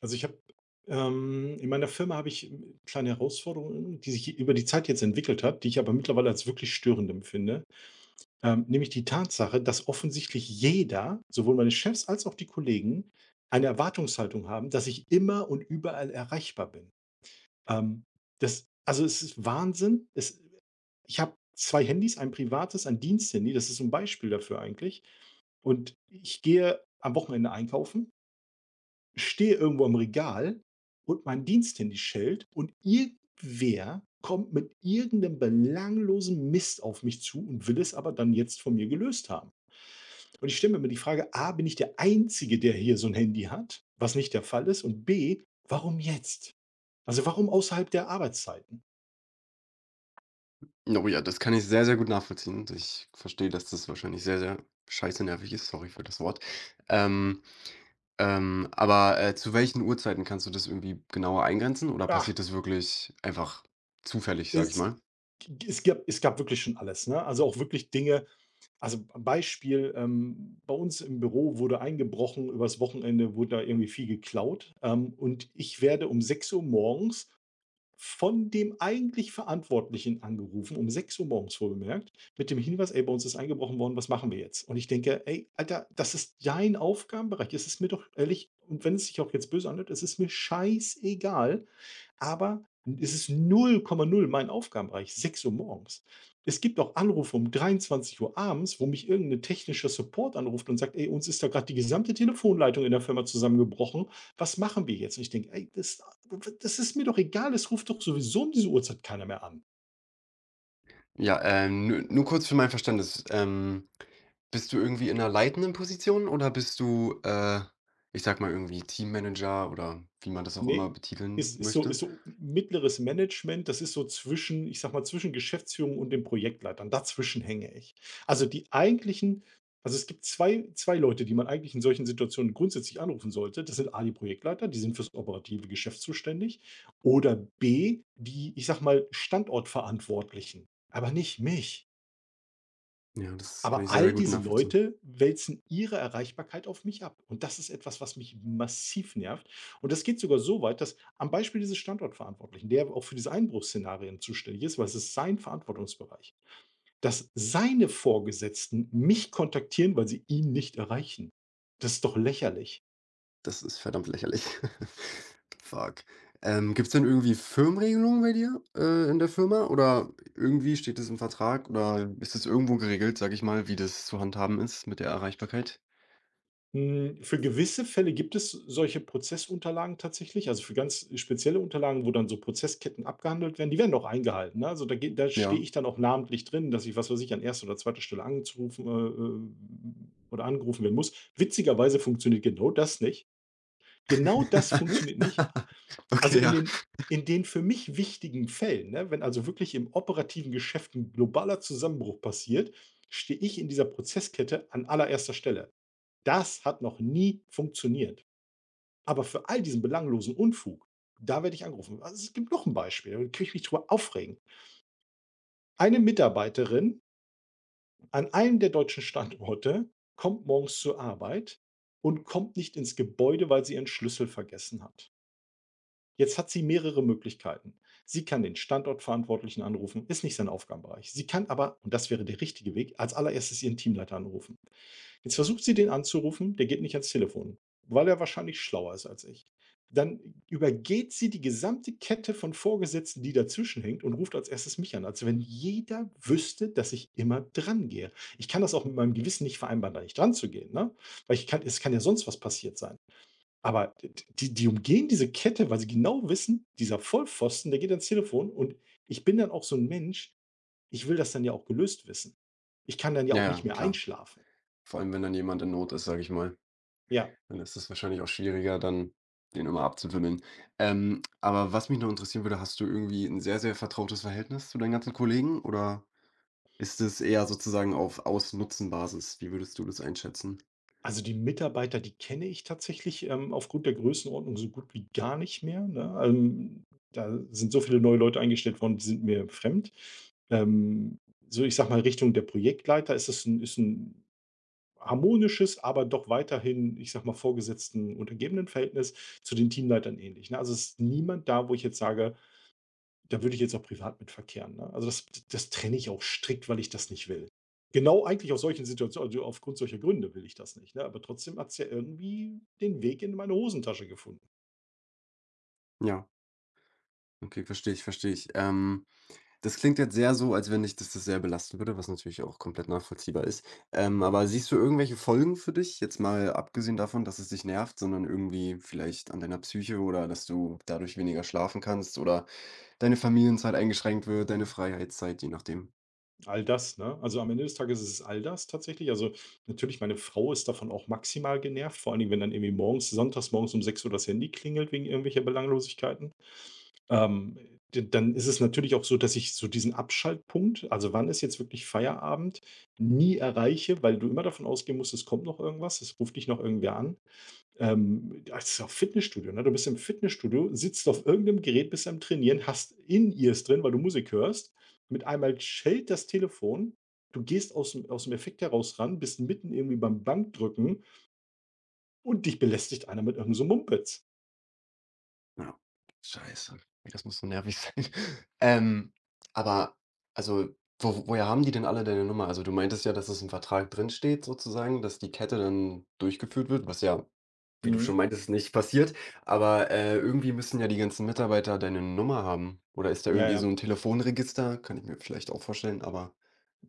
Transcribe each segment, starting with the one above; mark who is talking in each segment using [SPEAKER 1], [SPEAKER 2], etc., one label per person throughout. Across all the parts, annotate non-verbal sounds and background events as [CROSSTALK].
[SPEAKER 1] Also, ich habe in meiner Firma habe ich kleine Herausforderungen, die sich über die Zeit jetzt entwickelt hat, die ich aber mittlerweile als wirklich störend empfinde. Nämlich die Tatsache, dass offensichtlich jeder, sowohl meine Chefs als auch die Kollegen, eine Erwartungshaltung haben, dass ich immer und überall erreichbar bin. Ähm, Es ist Wahnsinn. Es Ich habe 2 Handys, ein privates, ein Diensthandy, das ist so 'n Beispiel dafür eigentlich. Und ich gehe am Wochenende einkaufen, stehe irgendwo am Regal und mein Diensthandy schellt und irgendwer kommt mit irgendeinem belanglosen Mist auf mich zu und will es aber dann jetzt von mir gelöst haben. Und ich stelle mir immer die Frage: A, bin ich der Einzige, der hier so ein Handy hat, was nicht der Fall ist? Und B, warum jetzt? Also warum außerhalb der Arbeitszeiten?
[SPEAKER 2] Oh ja, das kann ich sehr, sehr gut nachvollziehen. Ich verstehe, dass das wahrscheinlich sehr, sehr scheiße nervig ist. Sorry für das Wort. Ähm, zu welchen Uhrzeiten kannst du das irgendwie genauer eingrenzen oder
[SPEAKER 1] Ah,
[SPEAKER 2] passiert das wirklich einfach zufällig, sag ich
[SPEAKER 1] Es
[SPEAKER 2] mal?
[SPEAKER 1] es gab wirklich schon alles, ne? Also, auch wirklich Dinge, also Beispiel, bei uns im Büro wurde eingebrochen, übers Wochenende wurde da irgendwie viel geklaut, und ich werde um 6 Uhr morgens von dem eigentlich Verantwortlichen angerufen, um 6 Uhr morgens wohlgemerkt, mit dem Hinweis: „Ey, bei uns ist eingebrochen worden, was machen wir jetzt?“ Und ich denke: „Ey, Alter, das ist dein Aufgabenbereich. Es ist mir doch ehrlich, und wenn es sich auch jetzt böse anhört, es ist mir scheißegal. Aber es ist 0,0 mein Aufgabenbereich, 6 Uhr morgens. Es gibt auch Anrufe um 23 Uhr abends, wo mich irgendein technischer Support anruft und sagt: „Ey, uns ist da gerade die gesamte Telefonleitung in der Firma zusammengebrochen. Was machen wir jetzt?“ Und ich denke: „Ey, das ist mir doch egal, es ruft doch sowieso um diese Uhrzeit keiner mehr an.“
[SPEAKER 2] Ja, nu nur kurz für mein Verständnis. Bist du irgendwie in einer leitenden Position oder bist du, ich sag mal, irgendwie Teammanager oder wie man das auch immer
[SPEAKER 1] Ne,
[SPEAKER 2] betiteln
[SPEAKER 1] ist ist so ist
[SPEAKER 2] möchte?
[SPEAKER 1] so mittleres Management, das ist so zwischen, ich sag mal, zwischen Geschäftsführung und den Projektleitern. Dazwischen hänge ich. Also, die eigentlichen Also, es gibt zwei Leute, die man eigentlich in solchen Situationen grundsätzlich anrufen sollte. Das sind A, die Projektleiter, die sind fürs operative Geschäft zuständig, oder B, die, ich sag mal, Standortverantwortlichen, aber nicht mich.
[SPEAKER 2] Ja, das kann ich
[SPEAKER 1] Aber
[SPEAKER 2] sehr, sehr
[SPEAKER 1] all
[SPEAKER 2] gut
[SPEAKER 1] diese
[SPEAKER 2] nachvollziehen.
[SPEAKER 1] Leute wälzen ihre Erreichbarkeit auf mich ab. Und das ist etwas, was mich massiv nervt. Und das geht sogar so weit, dass am Beispiel dieses Standortverantwortlichen, der auch für diese Einbruchsszenarien zuständig ist, weil es ist sein Verantwortungsbereich, dass seine Vorgesetzten mich kontaktieren, weil sie ihn nicht erreichen. Das ist doch lächerlich.
[SPEAKER 2] Das ist verdammt lächerlich. [LAUGHS] Fuck. Gibt's denn irgendwie Firmenregelungen bei dir, in der Firma? Oder irgendwie steht das im Vertrag oder ist es irgendwo geregelt, sag ich mal, wie das zu handhaben ist mit der Erreichbarkeit?
[SPEAKER 1] Hm, für gewisse Fälle gibt es solche Prozessunterlagen tatsächlich, also für ganz spezielle Unterlagen, wo dann so Prozessketten abgehandelt werden, die werden auch eingehalten, ne? Also, da stehe
[SPEAKER 2] Ja.
[SPEAKER 1] ich dann auch namentlich drin, dass ich, was weiß ich, an erster oder zweiter Stelle angerufen, oder angerufen werden muss. Witzigerweise funktioniert genau das nicht. Genau das funktioniert nicht.
[SPEAKER 2] [LAUGHS]
[SPEAKER 1] Also,
[SPEAKER 2] Okay,
[SPEAKER 1] in
[SPEAKER 2] ja.
[SPEAKER 1] den in den für mich wichtigen Fällen, ne, wenn also wirklich im operativen Geschäft ein globaler Zusammenbruch passiert, stehe ich in dieser Prozesskette an allererster Stelle. Das hat noch nie funktioniert. Aber für all diesen belanglosen Unfug, da werde ich angerufen. Also, es gibt noch ein Beispiel, da kann ich mich drüber aufregen. Eine Mitarbeiterin an einem der deutschen Standorte kommt morgens zur Arbeit und kommt nicht ins Gebäude, weil sie ihren Schlüssel vergessen hat. Jetzt hat sie mehrere Möglichkeiten. Sie kann den Standortverantwortlichen anrufen, ist nicht sein Aufgabenbereich. Sie kann aber, und das wäre der richtige Weg, als allererstes ihren Teamleiter anrufen. Jetzt versucht sie, den anzurufen, der geht nicht ans Telefon, weil er wahrscheinlich schlauer ist als ich. Dann übergeht sie die gesamte Kette von Vorgesetzten, die dazwischen hängt, und ruft als erstes mich an, als wenn jeder wüsste, dass ich immer dran gehe. Ich kann das auch mit meinem Gewissen nicht vereinbaren, da nicht dran zu gehen, ne? Weil ich kann, es kann ja sonst was passiert sein. Aber die, die umgehen diese Kette, weil sie genau wissen, dieser Vollpfosten, der geht ans Telefon, und ich bin dann auch so ein Mensch, ich will das dann ja auch gelöst wissen. Ich kann dann ja
[SPEAKER 2] Ja,
[SPEAKER 1] auch
[SPEAKER 2] ja,
[SPEAKER 1] nicht mehr
[SPEAKER 2] klar.
[SPEAKER 1] einschlafen.
[SPEAKER 2] Vor allem, wenn dann jemand in Not ist, sage ich mal,
[SPEAKER 1] Ja.
[SPEAKER 2] dann ist es wahrscheinlich auch schwieriger, dann den immer abzuwimmeln. Aber was mich noch interessieren würde, hast du irgendwie ein sehr, sehr vertrautes Verhältnis zu deinen ganzen Kollegen oder ist es eher sozusagen auf Aus-Nutzen-Basis? Wie würdest du das einschätzen?
[SPEAKER 1] Also, die Mitarbeiter, die kenne ich tatsächlich, aufgrund der Größenordnung so gut wie gar nicht mehr, ne? Da sind so viele neue Leute eingestellt worden, die sind mir fremd. Ähm, so, ich sage mal, Richtung der Projektleiter ist es ein ist 'n harmonisches, aber doch weiterhin, ich sage mal, vorgesetzten Untergebenenverhältnis, zu den Teamleitern ähnlich, ne? Also, es ist niemand da, wo ich jetzt sage: da würde ich jetzt auch privat mit verkehren, ne? Also, das trenne ich auch strikt, weil ich das nicht will. Genau eigentlich aus solchen Situationen, also aufgrund solcher Gründe will ich das nicht, ne? Aber trotzdem hat es ja irgendwie den Weg in meine Hosentasche gefunden.
[SPEAKER 2] Ja, okay, verstehe ich, verstehe ich. Das klingt jetzt sehr so, als wenn dich das sehr belasten würde, was natürlich auch komplett nachvollziehbar ist. Aber siehst du irgendwelche Folgen für dich? Jetzt mal abgesehen davon, dass es dich nervt, sondern irgendwie vielleicht an deiner Psyche oder dass du dadurch weniger schlafen kannst oder deine Familienzeit eingeschränkt wird, deine Freiheitszeit, je nachdem.
[SPEAKER 1] All das, ne? Also, am Ende des Tages ist es all das tatsächlich. Also, natürlich, meine Frau ist davon auch maximal genervt, vor allen Dingen, wenn dann irgendwie morgens sonntags morgens um 6 Uhr das Handy klingelt wegen irgendwelcher Belanglosigkeiten. Ähm, d dann ist es natürlich auch so, dass ich so diesen Abschaltpunkt, also wann ist jetzt wirklich Feierabend, nie erreiche, weil du immer davon ausgehen musst, es kommt noch irgendwas, es ruft dich noch irgendwer an. Das ist ja auch Fitnessstudio, ne? Du bist im Fitnessstudio, sitzt auf irgendeinem Gerät, bist am Trainieren, hast In-Ears drin, weil du Musik hörst. Mit einmal schellt das Telefon. Du gehst aus dem Effekt heraus ran, bist mitten irgendwie beim Bankdrücken, und dich belästigt einer mit irgend so Mumpitz.
[SPEAKER 2] Ja. Scheiße. Das muss so nervig sein. [LAUGHS] Ähm, aber also, wo woher haben die denn alle deine Nummer? Also, du meintest ja, dass es im Vertrag drin steht, sozusagen, dass die Kette dann durchgeführt wird, was ja, wie du schon
[SPEAKER 1] Mhm.
[SPEAKER 2] meintest, nicht passiert. Aber irgendwie müssen ja die ganzen Mitarbeiter deine Nummer haben. Oder ist da
[SPEAKER 1] Ja,
[SPEAKER 2] irgendwie
[SPEAKER 1] ja.
[SPEAKER 2] so ein Telefonregister? Kann ich mir vielleicht auch vorstellen, aber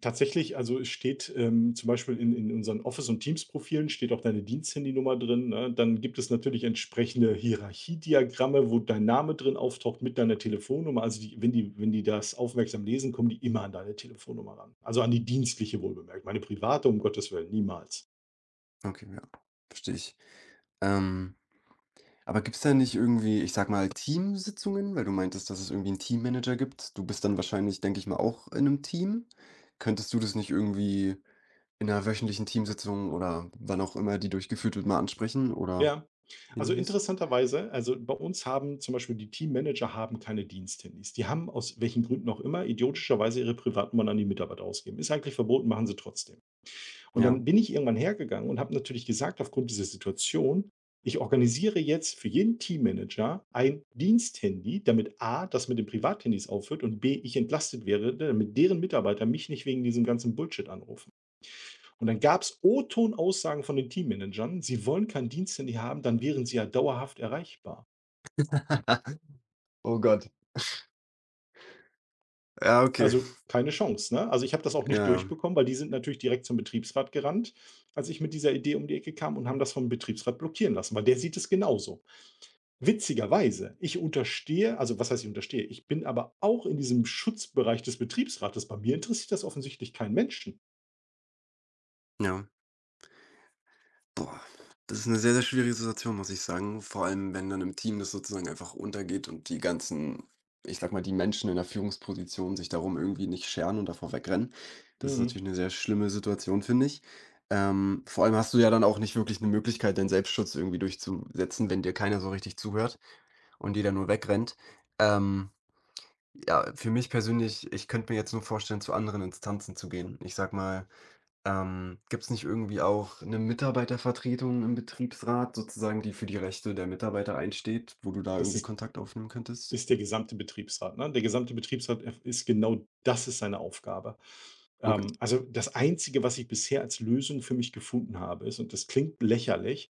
[SPEAKER 1] Tatsächlich, also es steht, zum Beispiel in unseren Office- und Teams-Profilen steht auch deine Diensthandynummer drin, ne? Dann gibt es natürlich entsprechende Hierarchiediagramme, wo dein Name drin auftaucht mit deiner Telefonnummer. Also die wenn die wenn die das aufmerksam lesen, kommen die immer an deine Telefonnummer ran. Also an die dienstliche wohlbemerkt. Meine private, um Gottes Willen, niemals.
[SPEAKER 2] okay, ja, verstehe ich. Ähm Aber gibt's da nicht irgendwie, ich sag mal, Teamsitzungen? Weil du meintest, dass es irgendwie einen Teammanager gibt. Du bist dann wahrscheinlich, denke ich mal, auch in einem Team. Könntest du das nicht irgendwie in 'ner wöchentlichen Teamsitzung oder wann auch immer die durchgeführt wird, mal ansprechen oder
[SPEAKER 1] Ja, also
[SPEAKER 2] ähnliches?
[SPEAKER 1] interessanterweise, also bei uns haben zum Beispiel die Teammanager haben keine Diensthandys. Die haben aus welchen Gründen auch immer idiotischerweise ihre Privatnummern an die Mitarbeiter ausgeben. Ist eigentlich verboten, machen sie trotzdem. Und
[SPEAKER 2] Ja.
[SPEAKER 1] dann bin ich irgendwann hergegangen und habe natürlich gesagt, aufgrund dieser Situation, ich organisiere jetzt für jeden Teammanager ein Diensthandy, damit A, das mit den Privathandys aufhört, und B, ich entlastet wäre, damit deren Mitarbeiter mich nicht wegen diesem ganzen Bullshit anrufen. Und dann gab es O-Ton-Aussagen von den Teammanagern, sie wollen kein Diensthandy haben, dann wären sie ja dauerhaft erreichbar.
[SPEAKER 2] [LAUGHS] Oh Gott. Ja, okay.
[SPEAKER 1] Also keine Chance. Ne? Also ich habe das auch
[SPEAKER 2] Ja,
[SPEAKER 1] nicht
[SPEAKER 2] ja.
[SPEAKER 1] durchbekommen, weil die sind natürlich direkt zum Betriebsrat gerannt, als ich mit dieser Idee um die Ecke kam, und haben das vom Betriebsrat blockieren lassen, weil der sieht es genauso. Witzigerweise, ich unterstehe, also was heißt ich unterstehe, ich bin aber auch in diesem Schutzbereich des Betriebsrates. Bei mir interessiert das offensichtlich keinen Menschen.
[SPEAKER 2] Ja. Boah, das ist eine sehr, sehr schwierige Situation, muss ich sagen. Vor allem, wenn dann im Team das sozusagen einfach untergeht und die ganzen, ich sag mal, die Menschen in der Führungsposition sich darum irgendwie nicht scheren und davor wegrennen. Das ist
[SPEAKER 1] Mhm.
[SPEAKER 2] natürlich eine sehr schlimme Situation, finde ich. Vor allem hast du ja dann auch nicht wirklich eine Möglichkeit, deinen Selbstschutz irgendwie durchzusetzen, wenn dir keiner so richtig zuhört und jeder nur wegrennt. Ähm, ja, für mich persönlich, ich könnte mir jetzt nur vorstellen, zu anderen Instanzen zu gehen. Ich sag mal, gibt es nicht irgendwie auch eine Mitarbeitervertretung im Betriebsrat sozusagen, die für die Rechte der Mitarbeiter einsteht, wo du da
[SPEAKER 1] Das
[SPEAKER 2] irgendwie
[SPEAKER 1] ist
[SPEAKER 2] Kontakt aufnehmen könntest?
[SPEAKER 1] Ist der gesamte Betriebsrat, ne? Der gesamte Betriebsrat erf ist, genau, das ist seine Aufgabe.
[SPEAKER 2] Okay,
[SPEAKER 1] Also, das Einzige, was ich bisher als Lösung für mich gefunden habe, ist, und das klingt lächerlich,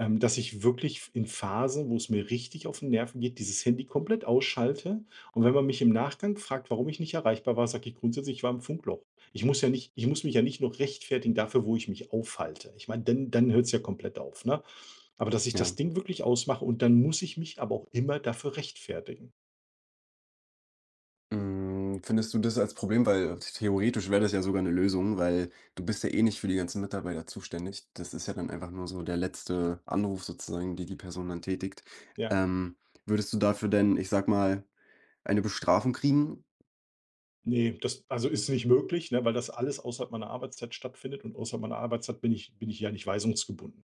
[SPEAKER 1] Dass ich wirklich in Phasen, wo es mir richtig auf den Nerven geht, dieses Handy komplett ausschalte. Und wenn man mich im Nachgang fragt, warum ich nicht erreichbar war, sage ich grundsätzlich: „Ich war im Funkloch.“ Ich muss mich ja nicht noch rechtfertigen dafür, wo ich mich aufhalte. Ich meine, dann hört es ja komplett auf, ne? Aber dass ich das
[SPEAKER 2] ja.
[SPEAKER 1] Ding wirklich ausmache, und dann muss ich mich aber auch immer dafür rechtfertigen.
[SPEAKER 2] Hm, findest du das als Problem? Weil theoretisch wäre das ja sogar eine Lösung, weil du bist ja eh nicht für die ganzen Mitarbeiter zuständig. Das ist ja dann einfach nur so der letzte Anruf sozusagen, die Person dann tätigt.
[SPEAKER 1] Ja.
[SPEAKER 2] Ähm, würdest du dafür denn, ich sag mal, eine Bestrafung kriegen?
[SPEAKER 1] Nee, das, also, ist nicht möglich, ne, weil das alles außerhalb meiner Arbeitszeit stattfindet, und außerhalb meiner Arbeitszeit bin ich ja nicht weisungsgebunden.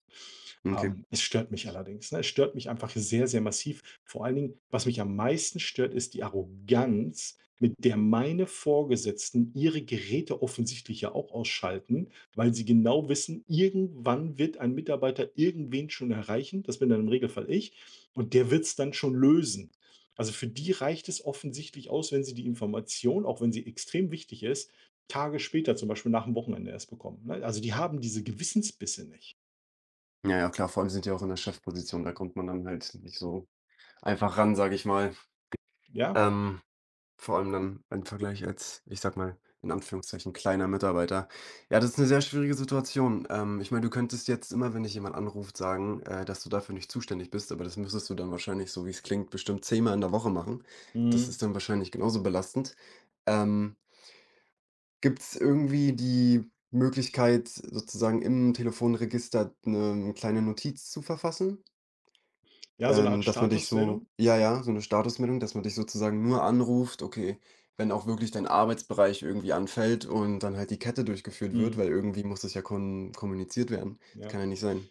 [SPEAKER 2] Okay.
[SPEAKER 1] Es stört mich allerdings, ne? Es stört mich einfach sehr, sehr massiv. Vor allen Dingen, was mich am meisten stört, ist die Arroganz, mit der meine Vorgesetzten ihre Geräte offensichtlich ja auch ausschalten, weil sie genau wissen, irgendwann wird ein Mitarbeiter irgendwen schon erreichen. Das bin dann im Regelfall ich. Und der wird es dann schon lösen. Also, für die reicht es offensichtlich aus, wenn sie die Information, auch wenn sie extrem wichtig ist, Tage später, zum Beispiel nach dem Wochenende erst bekommen, ne? Also, die haben diese Gewissensbisse nicht,
[SPEAKER 2] Ja, ja, klar, vor allem sind die auch in der Chefposition, da kommt man dann halt nicht so einfach ran, sage ich mal.
[SPEAKER 1] ja?
[SPEAKER 2] Ähm, vor allem dann im Vergleich als, ich sag mal, in Anführungszeichen kleiner Mitarbeiter. Ja, das ist eine sehr schwierige Situation. Ich meine, du könntest jetzt immer, wenn dich jemand anruft, sagen, dass du dafür nicht zuständig bist, aber das müsstest du dann wahrscheinlich, so wie es klingt, bestimmt zehnmal in der Woche machen. Das
[SPEAKER 1] Mhm.
[SPEAKER 2] ist dann wahrscheinlich genauso belastend. Ähm, Gibt es irgendwie die Möglichkeit, sozusagen im Telefonregister ne, eine kleine Notiz zu verfassen?
[SPEAKER 1] Ja, so 'ne Art
[SPEAKER 2] Dass man dich so,
[SPEAKER 1] Statusmeldung?
[SPEAKER 2] ja, ja, so eine Statusmeldung, dass man dich sozusagen nur anruft, okay, wenn auch wirklich dein Arbeitsbereich irgendwie anfällt und dann halt die Kette durchgeführt wird,
[SPEAKER 1] Mhm.
[SPEAKER 2] weil irgendwie muss das ja kon kommuniziert werden. Das
[SPEAKER 1] Ja.
[SPEAKER 2] kann ja nicht sein.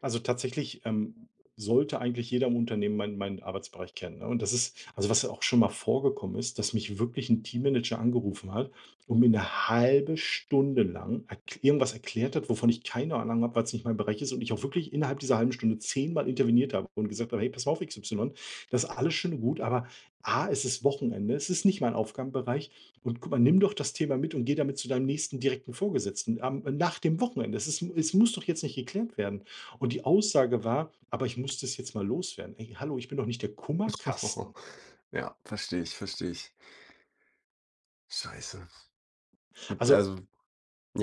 [SPEAKER 1] Also tatsächlich, sollte eigentlich jeder im Unternehmen meinen Arbeitsbereich kennen, ne? Und das ist, also, was auch schon mal vorgekommen ist, dass mich wirklich ein Teammanager angerufen hat und mir eine halbe Stunde lang erk irgendwas erklärt hat, wovon ich keine Ahnung habe, weil's nicht mein Bereich ist, und ich auch wirklich innerhalb dieser halben Stunde 10-mal interveniert habe und gesagt habe: „Hey, pass mal auf, XY, das ist alles schön und gut, aber A, es ist Wochenende, es ist nicht mein Aufgabenbereich, und guck mal, nimm doch das Thema mit und geh damit zu deinem nächsten direkten Vorgesetzten am, nach dem Wochenende. Es muss doch jetzt nicht geklärt werden.“ Und die Aussage war: „Aber ich muss das jetzt mal loswerden.“ Ey, hallo, ich bin doch nicht der Kummerkasten.
[SPEAKER 2] [LAUGHS] Ja, verstehe ich, verstehe ich. Scheiße. Gut,
[SPEAKER 1] Also,
[SPEAKER 2] also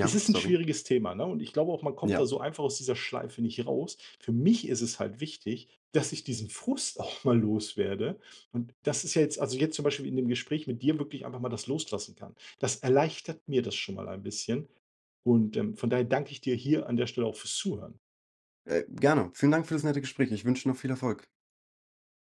[SPEAKER 1] es ist ein
[SPEAKER 2] sorry.
[SPEAKER 1] schwieriges Thema, ne? Und ich glaube auch, man kommt da
[SPEAKER 2] Ja,
[SPEAKER 1] so einfach aus dieser Schleife nicht raus. Für mich ist es halt wichtig, dass ich diesen Frust [LAUGHS] auch mal loswerde. Und das ist ja jetzt, also, jetzt zum Beispiel in dem Gespräch mit dir wirklich einfach mal das loslassen kann. Das erleichtert mir das schon mal ein bisschen. Und, von daher danke ich dir hier an der Stelle auch fürs Zuhören.
[SPEAKER 2] Gerne. Vielen Dank für das nette Gespräch. Ich wünsche noch viel Erfolg.